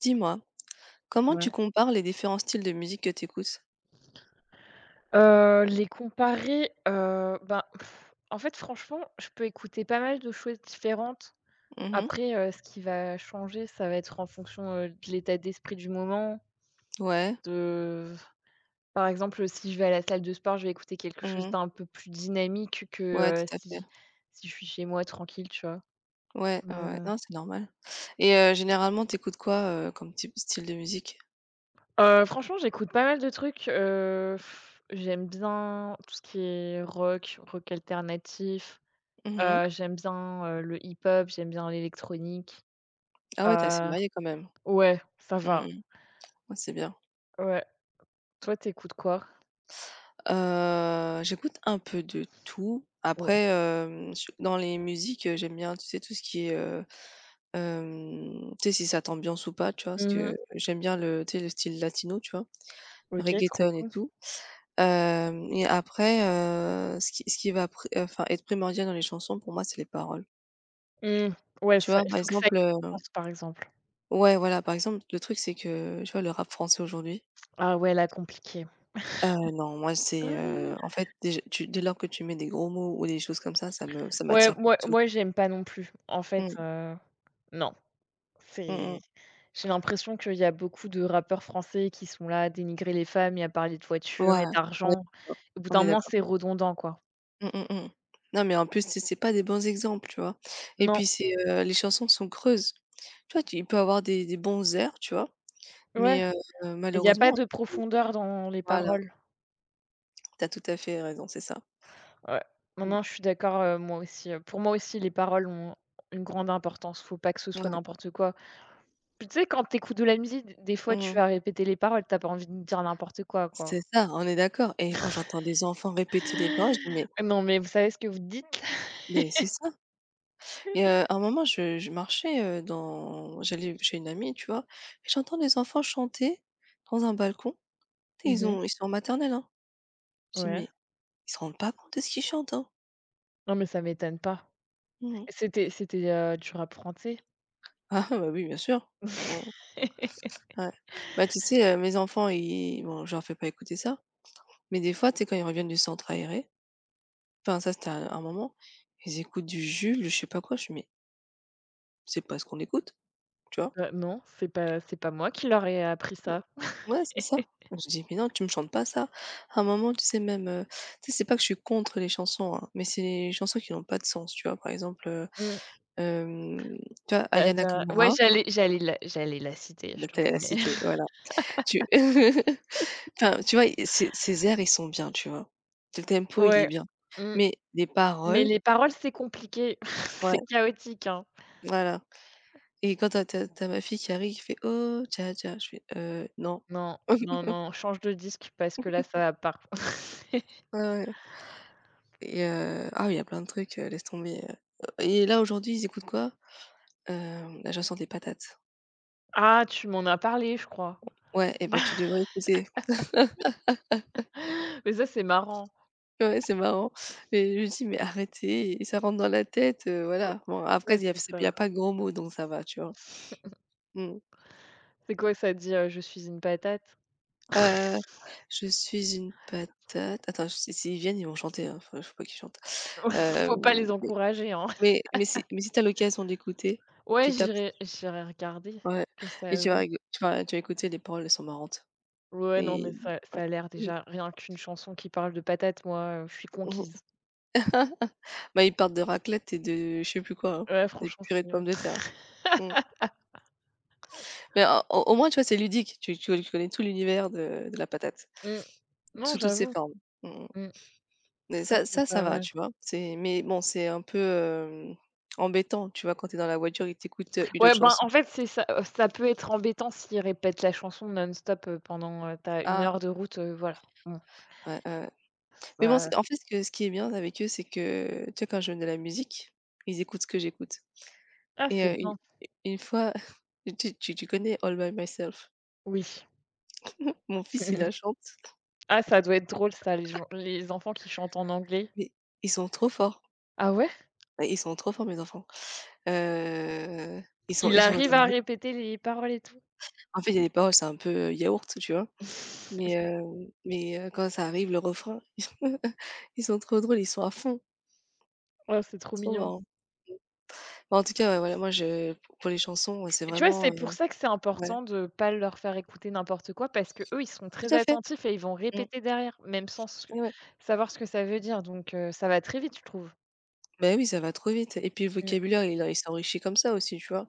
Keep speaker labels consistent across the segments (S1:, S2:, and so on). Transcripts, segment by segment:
S1: Dis-moi, comment
S2: Ouais.
S1: tu compares les différents styles de musique que tu écoutes?
S2: Les comparer, ben, en fait, franchement, je peux écouter pas mal de choses différentes.
S1: Mmh.
S2: Après, ce qui va changer, ça va être en fonction, de l'état d'esprit du moment,
S1: Ouais.
S2: de par exemple, si je vais à la salle de sport, je vais écouter quelque chose
S1: Mmh.
S2: d'un peu plus dynamique
S1: Ouais, tout
S2: que, heu,
S1: à fait.
S2: si si je suis chez moi tranquille, tu vois?
S1: Ouais, ouais,
S2: Mais,
S1: ouais. Non, c'est normal. Et généralement, t'écoutes quoi, comme type style de musique?
S2: franchement, j'écoute pas mal de trucs, j'aime bien tout ce qui est rock, rock alternatif.
S1: Mmh.
S2: J'aime bien, le hip-hop, j'aime bien l'électronique.
S1: Ah ouais, tu es assez
S2: Heu,
S1: variée quand même.
S2: ouais, ça va,
S1: Mmh. Ouais, c'est bien.
S2: ouais. Toi, tu écoutes quoi?
S1: J'écoute un peu de tout.
S2: Ouais.
S1: Après, je dans les musiques, j'aime bien, tu sais, tout ce qui est, tu sais, si ça t'ambiance ou pas, tu vois? Parce
S2: Mmh mh.
S1: que j'aime bien le tu sais, le style latino, tu vois?
S2: OK, trop
S1: Reggaeton et
S2: cool.
S1: tout. Hem Et après, ce qui va pré enfin être primordial dans les chansons pour moi, c'est les paroles.
S2: Mmh. Ouais,
S1: Tu
S2: ça
S1: vois?
S2: il
S1: Par
S2: faut que ça ait
S1: exemple,
S2: du sens, par exemple.
S1: ouais, voilà, par exemple, le truc, c'est que, tu vois, le rap français aujourd'hui,
S2: Ah ouais, là, compliqué.
S1: non, moi, c'est,
S2: Ah!
S1: en fait, déj tu dès lors que tu mets des gros mots ou des choses comme ça me ça
S2: Ouais,
S1: m'attire pas
S2: moi
S1: du tout.
S2: moi, j'aime pas non plus. En fait,
S1: Mmh.
S2: non,
S1: Mmh mh.
S2: c'est j'ai l'impression qu'il y a beaucoup de rappeurs français qui sont là à dénigrer les femmes et à parler de voitures
S1: Ouais,
S2: et
S1: ouais,
S2: d'argent. Au bout
S1: on
S2: d'un
S1: est
S2: moment,
S1: d'accord.
S2: c'est redondant, quoi.
S1: Mmh mh, mmh. Non, mais en plus, c'est pas des bons exemples, tu vois? Et
S2: Non,
S1: puis c'est, les chansons sont creuses. Tu vois, tu il peut avoir des bons airs, tu vois?
S2: ouais,
S1: Mais
S2: il y a pas
S1: malheureusement.
S2: de profondeur dans les
S1: Voilà,
S2: paroles.
S1: tu as tout à fait raison, c'est ça.
S2: Ouais. Non,
S1: Mmh.
S2: non, je suis d'accord, moi aussi, pour moi aussi, les paroles ont une grande importance. Faut pas que ce soit
S1: Ouais,
S2: n'importe quoi. Puis tu sais, quand t'écoutes de la musique, d des fois, tu
S1: mmh.
S2: vas répéter les paroles, t'as pas envie de dire n'importe quoi,
S1: C'est
S2: quoi.
S1: ça, on est d'accord. Et quand j'entends des enfants répéter les paroles, je dis: «Mais
S2: Non, mais vous savez ce que vous dites?
S1: c'est ça». Et à un moment, je marchais, dans j'allais chez une amie, tu vois? Et j'entends des enfants chanter dans un balcon. Tu sais,
S2: Mmh.
S1: ils sont en maternelle, hein. Je dis:
S2: Ouais.
S1: «Mais ils se rendent pas compte de ce qu'ils chantent, hein?»
S2: Non, mais ça m'étonne pas.
S1: Mmh.
S2: C'était du rap français?
S1: Ah bah, oui, bien sûr. Mmh, ouais. Bah, tu sais, mes enfants, ils bon, je leur fais pas écouter ça, mais des fois, tu sais, quand ils reviennent du centre aéré. Enfin ça c'était un moment, ils écoutent du Jules, je sais pas quoi, je fais: «Mais c'est pas ce qu'on écoute», tu vois?
S2: Bah, non, c'est pas moi qui leur ai appris ça.
S1: Ouais, c'est ça. Je lui dis: «Mais non, tu me chantes pas ça». À un moment, tu sais même, tu sais, c'est pas que je suis contre les chansons, hein, mais c'est les chansons qui n'ont pas de sens, tu vois? Par exemple,
S2: Mmh.
S1: hem, tu vois
S2: Bah,
S1: Aya
S2: j'a ouais,
S1: Nakamura.
S2: j'allais la citer, je
S1: Bah,
S2: te
S1: tu la
S2: promets.
S1: cité, voilà. Tu enfin, tu vois, i ses airs, ils sont bien, tu vois? Le tempo, il est
S2: Ouais.
S1: bien,
S2: Mmh.
S1: mais les
S2: Mais
S1: paroles.
S2: les paroles, c'est compliqué,
S1: Ouais,
S2: c'est chaotique, hein.
S1: voilà. Et quand t'as as tu ma fille qui arrive, qui fait: «Oh, tcha tcha», je fais: non».
S2: Non, non, non, change de disque parce que là, ça va pas.
S1: Ouais, ouais. Et ah oui, il y a plein de trucs, laisse tomber, et là, aujourd'hui, ils écoutent quoi? La chanson des patates.
S2: Ah, tu m'en as parlé, je crois.
S1: Ouais et ben tu devrais écouter.
S2: Mais ça, c'est marrant.
S1: Ouais, c'est marrant. Mais je lui dis: «Mais arrêtez» et ça rentre dans la tête,
S2: Ouais,
S1: voilà. Bon, après,
S2: ouais,
S1: il y a
S2: c'est
S1: c'est y
S2: ça.
S1: a pas de gros mots donc ça va, tu vois? Mmh.
S2: C'est quoi, ça dit, «Je suis une patate»?
S1: Heu, je suis une patate. Attends, je- si s'ils viennent, ils vont chanter, hein, enfin, faut pas qui chante. Hem,
S2: Faut pas les
S1: mais
S2: encourager, hein.
S1: mais si t'as l'occasion d'écouter,
S2: Ouais,
S1: tu tapes.
S2: j'irai regarder ce
S1: Ouais,
S2: que
S1: et
S2: ça
S1: tu vas
S2: vaut.
S1: rigo tu vas écouter, les paroles, elles sont marrantes.
S2: Ouais, non,
S1: Et
S2: mais ça
S1: ouais.
S2: a l'air
S1: Mmh.
S2: déjà rien qu'une chanson qui parle de patate. Moi, je suis
S1: Mmh.
S2: conquise.
S1: Bah, ils parlent de raclette et de je sais plus quoi, hein,
S2: Ouais,
S1: des
S2: franchement,
S1: purées de
S2: c'est,
S1: pommes de terre. Mmh. Mais au moins, tu vois, c'est ludique. Tu connais tout l'univers de la patate,
S2: mmh. Non,
S1: sous toutes ses
S2: j'avoue.
S1: formes. Mmh.
S2: Mmh.
S1: Mais
S2: Ça,
S1: ça
S2: c'est
S1: ça ça
S2: pas
S1: va,
S2: mal.
S1: tu vois? C'est Mais bon, c'est un peu, embêtant, tu vois? Quand t'es dans la voiture, ils t'écoutent, une
S2: Ouais,
S1: autre
S2: ben,
S1: chanson.
S2: en fait, c'est ça, ça peut être embêtant s'ils répètent la chanson non-stop, pendant, tu as
S1: Ah!
S2: heure de route, voilà. Bon,
S1: Ouais, ouais, ouais. Mais bon,
S2: ça
S1: c'est en fait, ce qui est bien avec eux, c'est que, tu vois, quand je mets de la musique, ils écoutent ce que j'écoute.
S2: ah,
S1: Et
S2: c'est
S1: une
S2: bien,
S1: une fois, tu connais All by myself.
S2: oui.
S1: Mon fils, il la chante,
S2: Ah, ça doit être drôle ça, les enfants qui chantent en anglais.
S1: mais ils sont trop forts.
S2: Ah ouais?
S1: Bah, ils sont trop forts mes enfants. Ils sont
S2: Il
S1: ils sont
S2: arrive à
S1: adorables.
S2: répéter les paroles et tout?
S1: En fait, il y a des paroles, c'est un peu, yaourt, tu vois? Mais heu, quand ça arrive, le refrain, ils sont trop drôles, ils sont à fond,
S2: Ouais, c'est trop
S1: trop
S2: mignon.
S1: marrants. Bah, en tout cas, ouais, voilà, moi je pour les chansons, ouais, c'est
S2: Et tu vois, c'est
S1: vraiment,
S2: pour ça que c'est
S1: ouais,
S2: important de pas leur faire écouter n'importe quoi parce que eux ils sont très
S1: tout à fait.
S2: attentifs et ils vont
S1: Mmh.
S2: répéter derrière, même sans ce
S1: Ouais, ouais.
S2: savoir ce que ça veut dire, donc ça va très vite, je trouve.
S1: Ben oui, ça va trop vite et puis le
S2: Mmh,
S1: vocabulaire, il s'enrichit comme ça aussi, tu vois?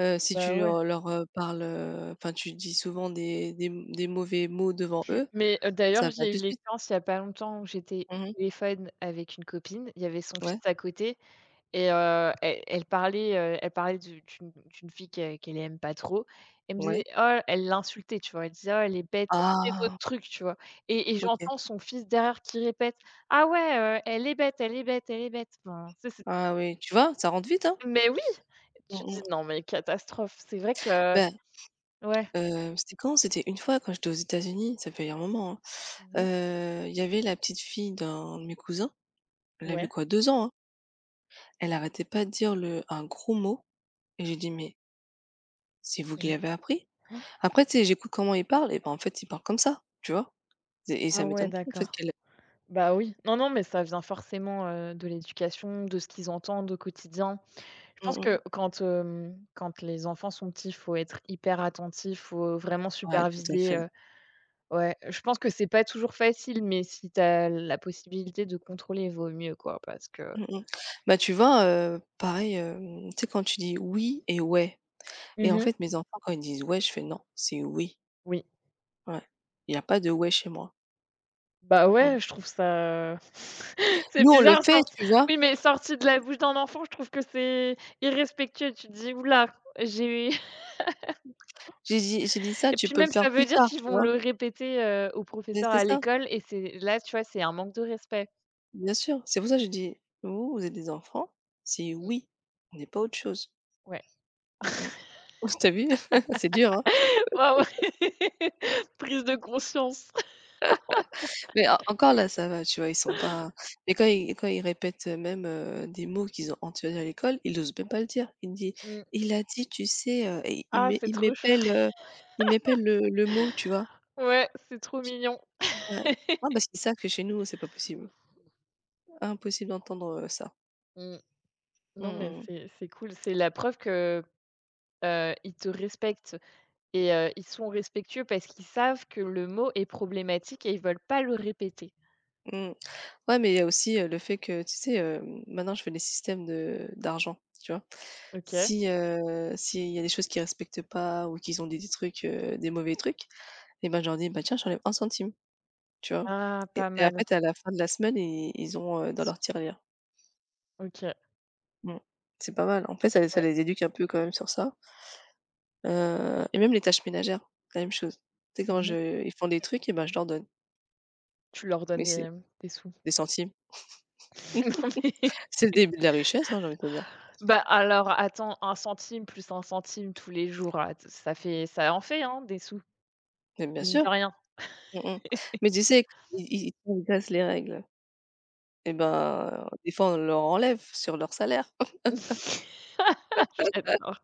S1: Si
S2: bah,
S1: tu
S2: ouais.
S1: leur parles, enfin, tu dis souvent des mauvais mots devant eux,
S2: Mais
S1: ça
S2: d'ailleurs,
S1: va
S2: j'ai eu
S1: tout de suite.
S2: l'expérience il y a pas longtemps où j'étais
S1: Mmh.
S2: au téléphone avec une copine, il y avait son
S1: Ouais,
S2: fils à côté et elle parlait d'une fille qu'elle aime pas trop. Elle me
S1: ouais.
S2: disait: «Oh», elle l'insultait, tu vois? Elle disait: «Oh, elle est bête», elle disait d'autres
S1: Ah!
S2: trucs, tu vois? Et
S1: OK.
S2: j'entends son fils derrière qui répète: «Ah ouais, elle est bête, elle est bête, elle est bête». Enfin, tu c'est
S1: Ah oui, tu vois? Ça rentre vite, hein?
S2: mais oui! Tu
S1: Mmh
S2: dis:
S1: mh.
S2: «Non mais catastrophe». C'est vrai que
S1: Bah,
S2: ouais.
S1: c'était quand? C'était une fois quand j'étais aux États-Unis, ça fait un moment, hein.
S2: Mmh.
S1: Il y avait la petite fille d'un de mes cousins, elle avait
S2: Ouais.
S1: quoi? 2 ans, hein. Elle arrêtait pas de dire le un gros mot et j'ai dit: «Mais c'est vous qui
S2: Et
S1: l'avez appris?» Après, tu sais, j'écoute comment il parle et ben en fait, il parle comme ça, tu vois? Et ça
S2: ah ouais,
S1: m'étonne pas en fait
S2: d'accord.
S1: qu'elle.
S2: Bah, oui. Non, non, mais ça vient forcément, de l'éducation, de ce qu'ils entendent au quotidien. Je
S1: Mmh
S2: pense
S1: mh.
S2: que quand les enfants sont petits, faut être hyper attentif, faut vraiment
S1: Ouais, tout à
S2: superviser,
S1: fait.
S2: ouais. Je pense que c'est pas toujours facile, mais si tu as la possibilité de contrôler, vaut mieux, quoi, parce que
S1: Mmh mh. Bah, tu vois, pareil, tu sais quand tu dis: «Oui» et «ouais», et en
S2: mhm.
S1: fait, mes enfants quand ils disent: «ouais», je fais: «Non, c'est «oui».
S2: Oui.
S1: Ouais. Il n'y a pas de «ouais» chez moi».
S2: Bah,
S1: Mmh.
S2: ouais, je trouve ça c'est
S1: Nous, on le
S2: bizarre
S1: fait,
S2: sorti
S1: tu vois?
S2: oui, mais sorti de la bouche d'un enfant, je trouve que c'est irrespectueux. Tu te dis: oula, là, j'ai».
S1: J'ai dit: «Ça,
S2: Et
S1: tu
S2: puis
S1: peux le
S2: même,
S1: faire
S2: ça veut
S1: plus
S2: dire
S1: tard»,
S2: qu'ils
S1: tu
S2: vont
S1: vois?
S2: le répéter, aux
S1: Mais
S2: professeurs
S1: c'est
S2: à
S1: ça,
S2: l'école et c'est là, tu vois, c'est un manque de respect.
S1: bien sûr. C'est pour ça que j'ai dit: «Vous, vous êtes des enfants, c'est
S2: Mmh,
S1: "oui", on n'est pas autre chose».
S2: ouais.
S1: Mmh mh. Tu vu? C'est dur, hein?
S2: Waouh! Prise de conscience.
S1: Mais en encore là, ça va, tu vois? Ils sont pas Mais quand ils répètent, des mots qu'ils ont entendus à l'école, ils osent même pas le dire. Il me dit:
S2: Mmh.
S1: «Il a dit, tu sais, et
S2: Ah, c'est
S1: il
S2: trop chou.
S1: m'épelle, le mot, tu vois?
S2: Ouais, c'est trop mignon.
S1: Ouais. Non, parce qu'ils savent que chez nous, c'est pas possible. Impossible d'entendre, ça.
S2: Mmh. Non,
S1: Mmh
S2: mais
S1: mh.
S2: c'est cool. C'est la preuve que, ils te respectent et ils sont respectueux parce qu'ils savent que le mot est problématique et ils veulent pas le répéter.
S1: Mmh. Ouais, mais il y a aussi, le fait que, tu sais, maintenant je fais des systèmes de d'argent, tu vois?
S2: OK.
S1: Si, S'il y a des choses qu'ils respectent pas ou qu'ils ont dit des trucs, des mauvais trucs, et ben, je leur dis: «Bah tiens, j'enlève un centime». Tu vois?
S2: Ah,
S1: Et
S2: pas
S1: et en
S2: mal.
S1: fait, à la fin de la semaine, ils ont, dans leur tirelire.
S2: OK,
S1: Mmh. C'est pas mal. En fait, ça
S2: ouais.
S1: les éduque un peu quand même sur ça, et même les tâches ménagères, la même chose. Tu sais quand
S2: Mmh.
S1: je ils font des trucs et ben, je leur donne,
S2: Tu leur donnes
S1: mais c'est
S2: des sous.
S1: des centimes.
S2: Non mais.
S1: C'est le début de la richesse, hein, j'ai envie de te dire.
S2: Bah, alors attends, un centime plus un centime tous les jours, ah t ça fait ça en fait, hein, des sous,
S1: Mais bien
S2: mine de
S1: sûr.
S2: rien.
S1: Mmh mh. Mais tu sais, ils transgressent les règles, et ben, des fois, on leur enlève sur leur salaire.
S2: J'adore.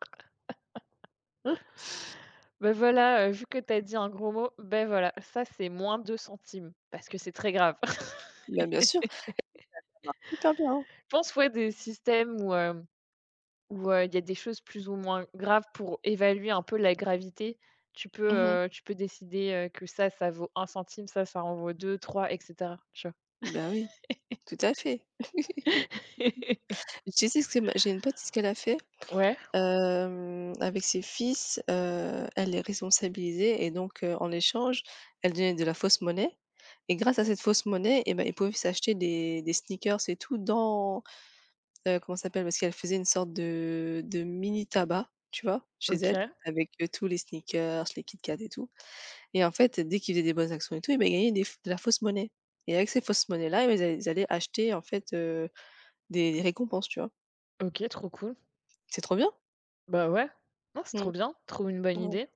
S2: Bah, voilà, vu que t'as dit un gros mot, beh, voilà, ça c'est moins 2 centimes parce que c'est très grave.
S1: Ben bien sûr, ça marche super bien, hein.
S2: Je pense, ouais, des systèmes où, il y a des choses plus ou moins graves pour évaluer un peu la gravité. Tu peux,
S1: Mmh mh.
S2: heu, tu peux décider, que ça vaut un centime, ça en vaut 2, 3, et cetera, tu vois?
S1: Bah, oui, tout à fait. Tu sais ce que ma j'ai une pote, ce qu'elle a fait?
S2: Ouais,
S1: Avec ses fils, elle les responsabilisait et donc en échange, elle donnait de la fausse monnaie, et grâce à cette fausse monnaie eh ben ils pouvaient s'acheter des sneakers et tout dans, comment ça s'appelle? Parce qu'elle faisait une sorte de mini tabac, tu vois? Chez
S2: OK,
S1: elle, avec, tous les sneakers, les Kit Kat et tout, et en fait, dès qu'ils faisaient des bonnes actions et tout, eh ben, ils gagnaient des f de la fausse monnaie, et avec ces fausses monnaies là, eh beh, ils allaient acheter en fait, des récompenses, tu vois?
S2: OK, trop cool.
S1: C'est trop bien.
S2: Bah, ouais. Non, c'est trop
S1: Mmh.
S2: bien, trop une bonne
S1: Ouais.
S2: idée.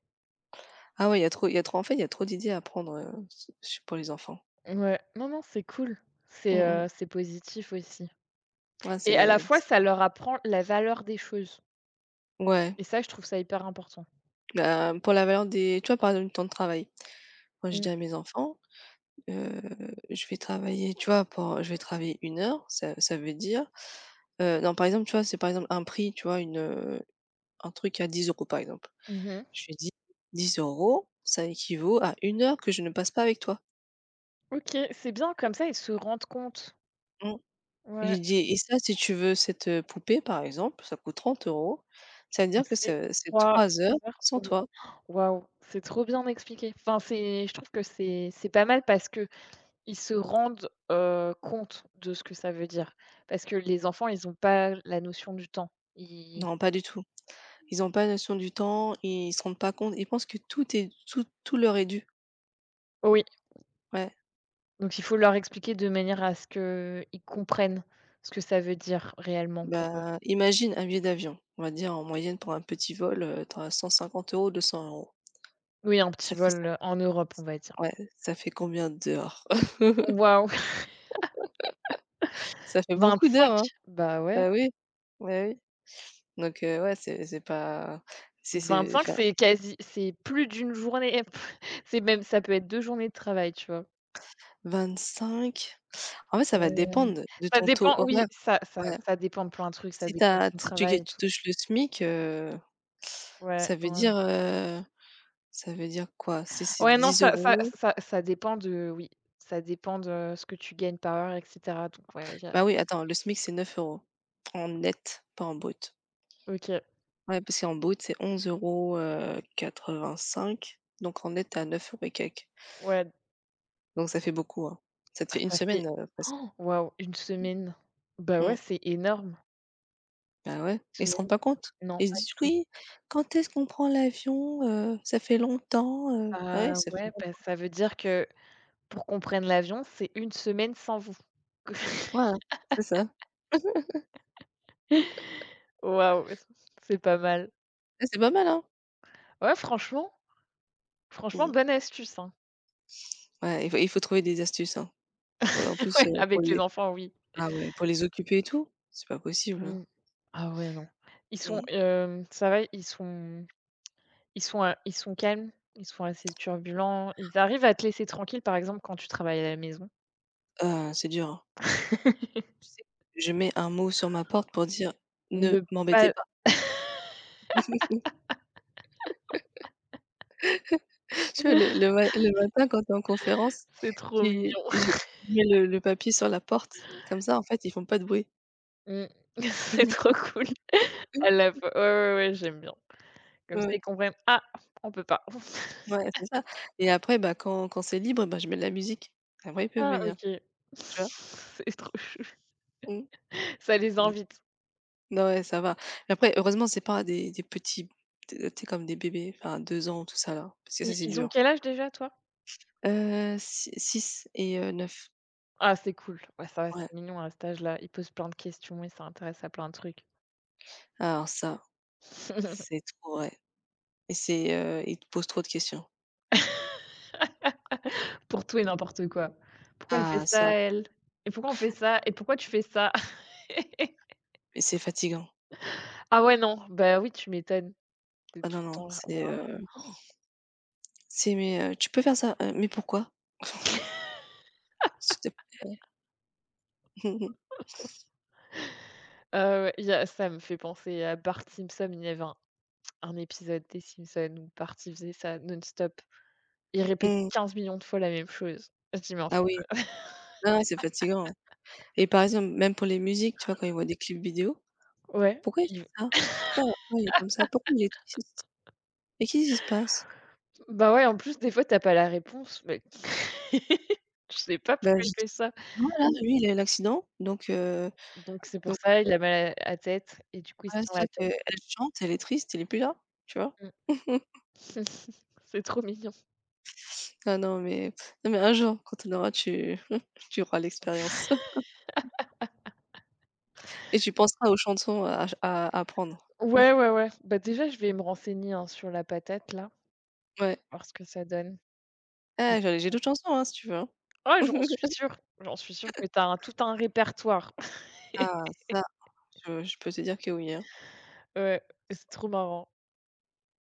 S1: Ah ouais, il y a trop il y a trop en fait, il y a trop d'idées à prendre, s su pour les enfants.
S2: Ouais, non, non, c'est cool. C'est,
S1: Mmh
S2: heu,
S1: mh.
S2: c'est positif aussi
S1: Ouais,
S2: et à la
S1: c'est
S2: fois,
S1: c
S2: ça leur apprend la valeur des choses
S1: Ouais,
S2: et ça, je trouve ça hyper important.
S1: bah, pour la valeur des tu vois, par exemple, le temps de travail. Moi, je
S2: Mmh.
S1: dis à mes enfants, heu, je vais travailler, tu vois, pen je vais travailler 1 heure, ça veut dire, non, par exemple, tu vois, c'est par exemple un prix, tu vois, un truc à 10 euros, par exemple.
S2: Mmh.
S1: Je lui dis: 10 euros, ça équivaut à 1 heure que je ne passe pas avec toi».
S2: OK, c'est bien comme ça, ils se rendent compte.
S1: Mmh.
S2: Ouais,
S1: J'ai dit: «Et ça, si tu veux cette, poupée, par exemple, ça coûte 30 euros. Ça veut
S2: donc
S1: dire que
S2: c'est
S1: ce c'est
S2: 3
S1: 3 heures
S2: heures
S1: sans
S2: ou
S1: toi».
S2: waouh, c'est trop bien expliqué. Enfin, c'est je trouve que c'est pas mal parce que ils se rendent, compte de ce que ça veut dire. Parce que les enfants, ils ont pas la notion du temps. Ils
S1: Non, pas du tout. Ils n'ont pas notion du temps, ils se rendent pas compte. Ils pensent que tout tout leur est dû.
S2: Oui.
S1: Ouais.
S2: Donc il faut leur expliquer de manière à ce qu'ils comprennent ce que ça veut dire réellement pour eux.
S1: Bah, imagine un billet d'avion. On va dire en moyenne pour un petit vol, tu as 150 euros, 200 euros.
S2: Oui, un petit
S1: Ça fait
S2: vol,
S1: ça
S2: en Europe, on va dire.
S1: Ouais, ça fait combien d'heures?
S2: Waouh!
S1: Ça fait beaucoup
S2: cinq
S1: d'heures, hein.
S2: Bah, ouais.
S1: Bah oui, ouais oui. Donc ouais, c'est pas c'est c'est
S2: 25, c'est plus d'une journée. C'est même ça peut être 2 journées de travail, tu vois?
S1: enfin cinq. En fait, ça
S2: Heu,
S1: va dépendre de
S2: ça
S1: ton taux
S2: dépend oui,
S1: horaire.
S2: ça ça
S1: Ouais.
S2: ça dépend de plein de trucs, ça
S1: Si
S2: dépend de ton travail et
S1: tu
S2: tout.
S1: touches le SMIC,
S2: Ouais,
S1: ça veut
S2: ouais.
S1: dire, heu, ça veut dire quoi? Si c'est
S2: Ouais, non,
S1: 10
S2: ça ça
S1: euros.
S2: ça ça dépend de oui, ça dépend de ce que tu gagnes par heure et cetera, donc ouais, y a
S1: Bah, oui, attends, le SMIC, c'est 9 euros en net, pas en brut.
S2: OK,
S1: Ouais, parce qu'en brut, c'est onze euros 85, donc en net, tu es à 9 € et quelques.
S2: ouais.
S1: Donc ça fait beaucoup, hein. Ça te
S2: Ah
S1: fait une
S2: ça fait
S1: semaine, presque.
S2: oh, waouh, une semaine. Bah, ouais,
S1: Mmh,
S2: c'est énorme.
S1: bah, ouais, ils se
S2: Semaine
S1: rendent pas
S2: de tra
S1: compte.
S2: Non,
S1: Ils se
S2: pas
S1: disent:
S2: du tout.
S1: «Oui, quand est-ce qu'on prend l'avion? Ça fait longtemps, Ah
S2: Ah
S1: ouais, ça fait.
S2: ouais, bah, ça veut dire que pour qu'on prenne l'avion, c'est une semaine sans vous.
S1: Ouais, c'est ça.
S2: Waouh, c'est pas mal.
S1: Eh, c'est pas mal, hein?
S2: Ouais, franchement franchement,
S1: Mmh.
S2: bonne astuce, hein.
S1: Ouais, il faut trouver des astuces, hein. Parce en plus,
S2: Ouais,
S1: pour
S2: avec les
S1: les
S2: enfants, oui.
S1: ah ouais, pour les occuper et tout? C'est pas possible, hein.
S2: Mmh. Ah ouais, non. Ils sont,
S1: Mmh.
S2: ça va, ils sont calmes, ils sont assez turbulents. Ils arrivent à te laisser tranquille, par exemple, quand tu travailles à la maison.
S1: Ah, c'est dur, hein. Tu sais, je mets un mot sur ma porte pour dire: «Ne
S2: Ne
S1: m'embêtez
S2: pas.
S1: pas». Tu vois, le matin quand tu es en conférence,
S2: C'est trop mignon.
S1: tu j'ai je mets le papier sur la porte. Comme ça, en fait, ils font pas de bruit.
S2: Mmh. C'est trop cool. À la fois ouais, ouais, ouais, j'aime bien. Comme ça,
S1: Ouais,
S2: ils comprennent: «Ah, on peut pas».
S1: ouais, c'est ça. Et après, bah, quand c'est libre, bah, je mets de la musique. Après, ils peuvent
S2: «Ah
S1: venir,
S2: OK».
S1: tu vois?
S2: C'est trop chou.
S1: Mmh.
S2: Ça les invite.
S1: Non, ouais, ça va. Mais après, heureusement, c'est pas des petits, tu sais, comme des bébés, enfin 2 ans, tout ça là, parce que ça,
S2: Ils
S1: c'est
S2: ils ont
S1: dur.
S2: quel âge déjà, toi?
S1: Si et 9.
S2: Ah, c'est cool. Ouais, ça va,
S1: Ouais.
S2: c'est mignon à cet âge-là. Ils posent plein de questions, et ça intéresse à plein de trucs.
S1: Alors ça, c'est trop ouais, et c'est, ils te posent trop de questions.
S2: Pour tout et n'importe quoi. «Pourquoi elle fait
S1: Ah
S2: ça,
S1: ça,
S2: elle? Et pourquoi on fait ça? Et pourquoi tu fais ça?»
S1: et c'est fatigant.
S2: «Ah ouais, non, bah oui, tu m'étonnes». Tu
S1: Ah
S2: Tout
S1: non,
S2: le
S1: non,
S2: temps là.
S1: c'est: «Mais, tu peux faire ça? Mais pourquoi? S'il te plaît».
S2: Ouais, il y a ça me fait penser à Bart Simpson, il y avait un épisode des Simpsons où Bart, il faisait ça non-stop. Il répétait
S1: Mmh.
S2: 15 millions de fois la même chose. Je dis: «Mais en f».
S1: Ah oui. Non, non, c'est fatigant. Et par exemple, même pour les musiques, tu vois, quand ils voient des clips vidéo:
S2: Ouais,
S1: «Pourquoi il fait
S2: il
S1: ça? Pourquoi il est comme ça? Pourquoi il est triste? Mais qu'est-ce qui se passe?»
S2: bah, ouais, en plus, des fois, t'as pas la réponse, mais je sais pas
S1: Bah,
S2: pourquoi
S1: je
S2: il
S1: dis:
S2: fait ça.
S1: «Voilà, lui, il a eu l'accident, donc
S2: Donc c'est pour
S1: donc
S2: ça, il a mal à la tête et du coup, il se
S1: voilà,
S2: tient
S1: c'est
S2: la
S1: ça
S2: tête.
S1: qu'elle chante, elle est triste, il est plus là», tu vois?
S2: Mmh. C'est trop mignon.
S1: Ah non, mais non, mais un jour, quand tu tu auras l'expérience et tu penseras aux chansons à ch à apprendre.
S2: Ouais, ouais, ouais. Bah, déjà, je vais me renseigner, hein, sur la patate, là,
S1: Ouais.
S2: voir ce que ça donne.
S1: Eh, j'ai d'autres chansons, hein, si tu veux, hein.
S2: Ah j'en suis sûre que t'as un répertoire.
S1: Ah ça, je peux te dire que oui, hein.
S2: Ouais et c'est trop marrant.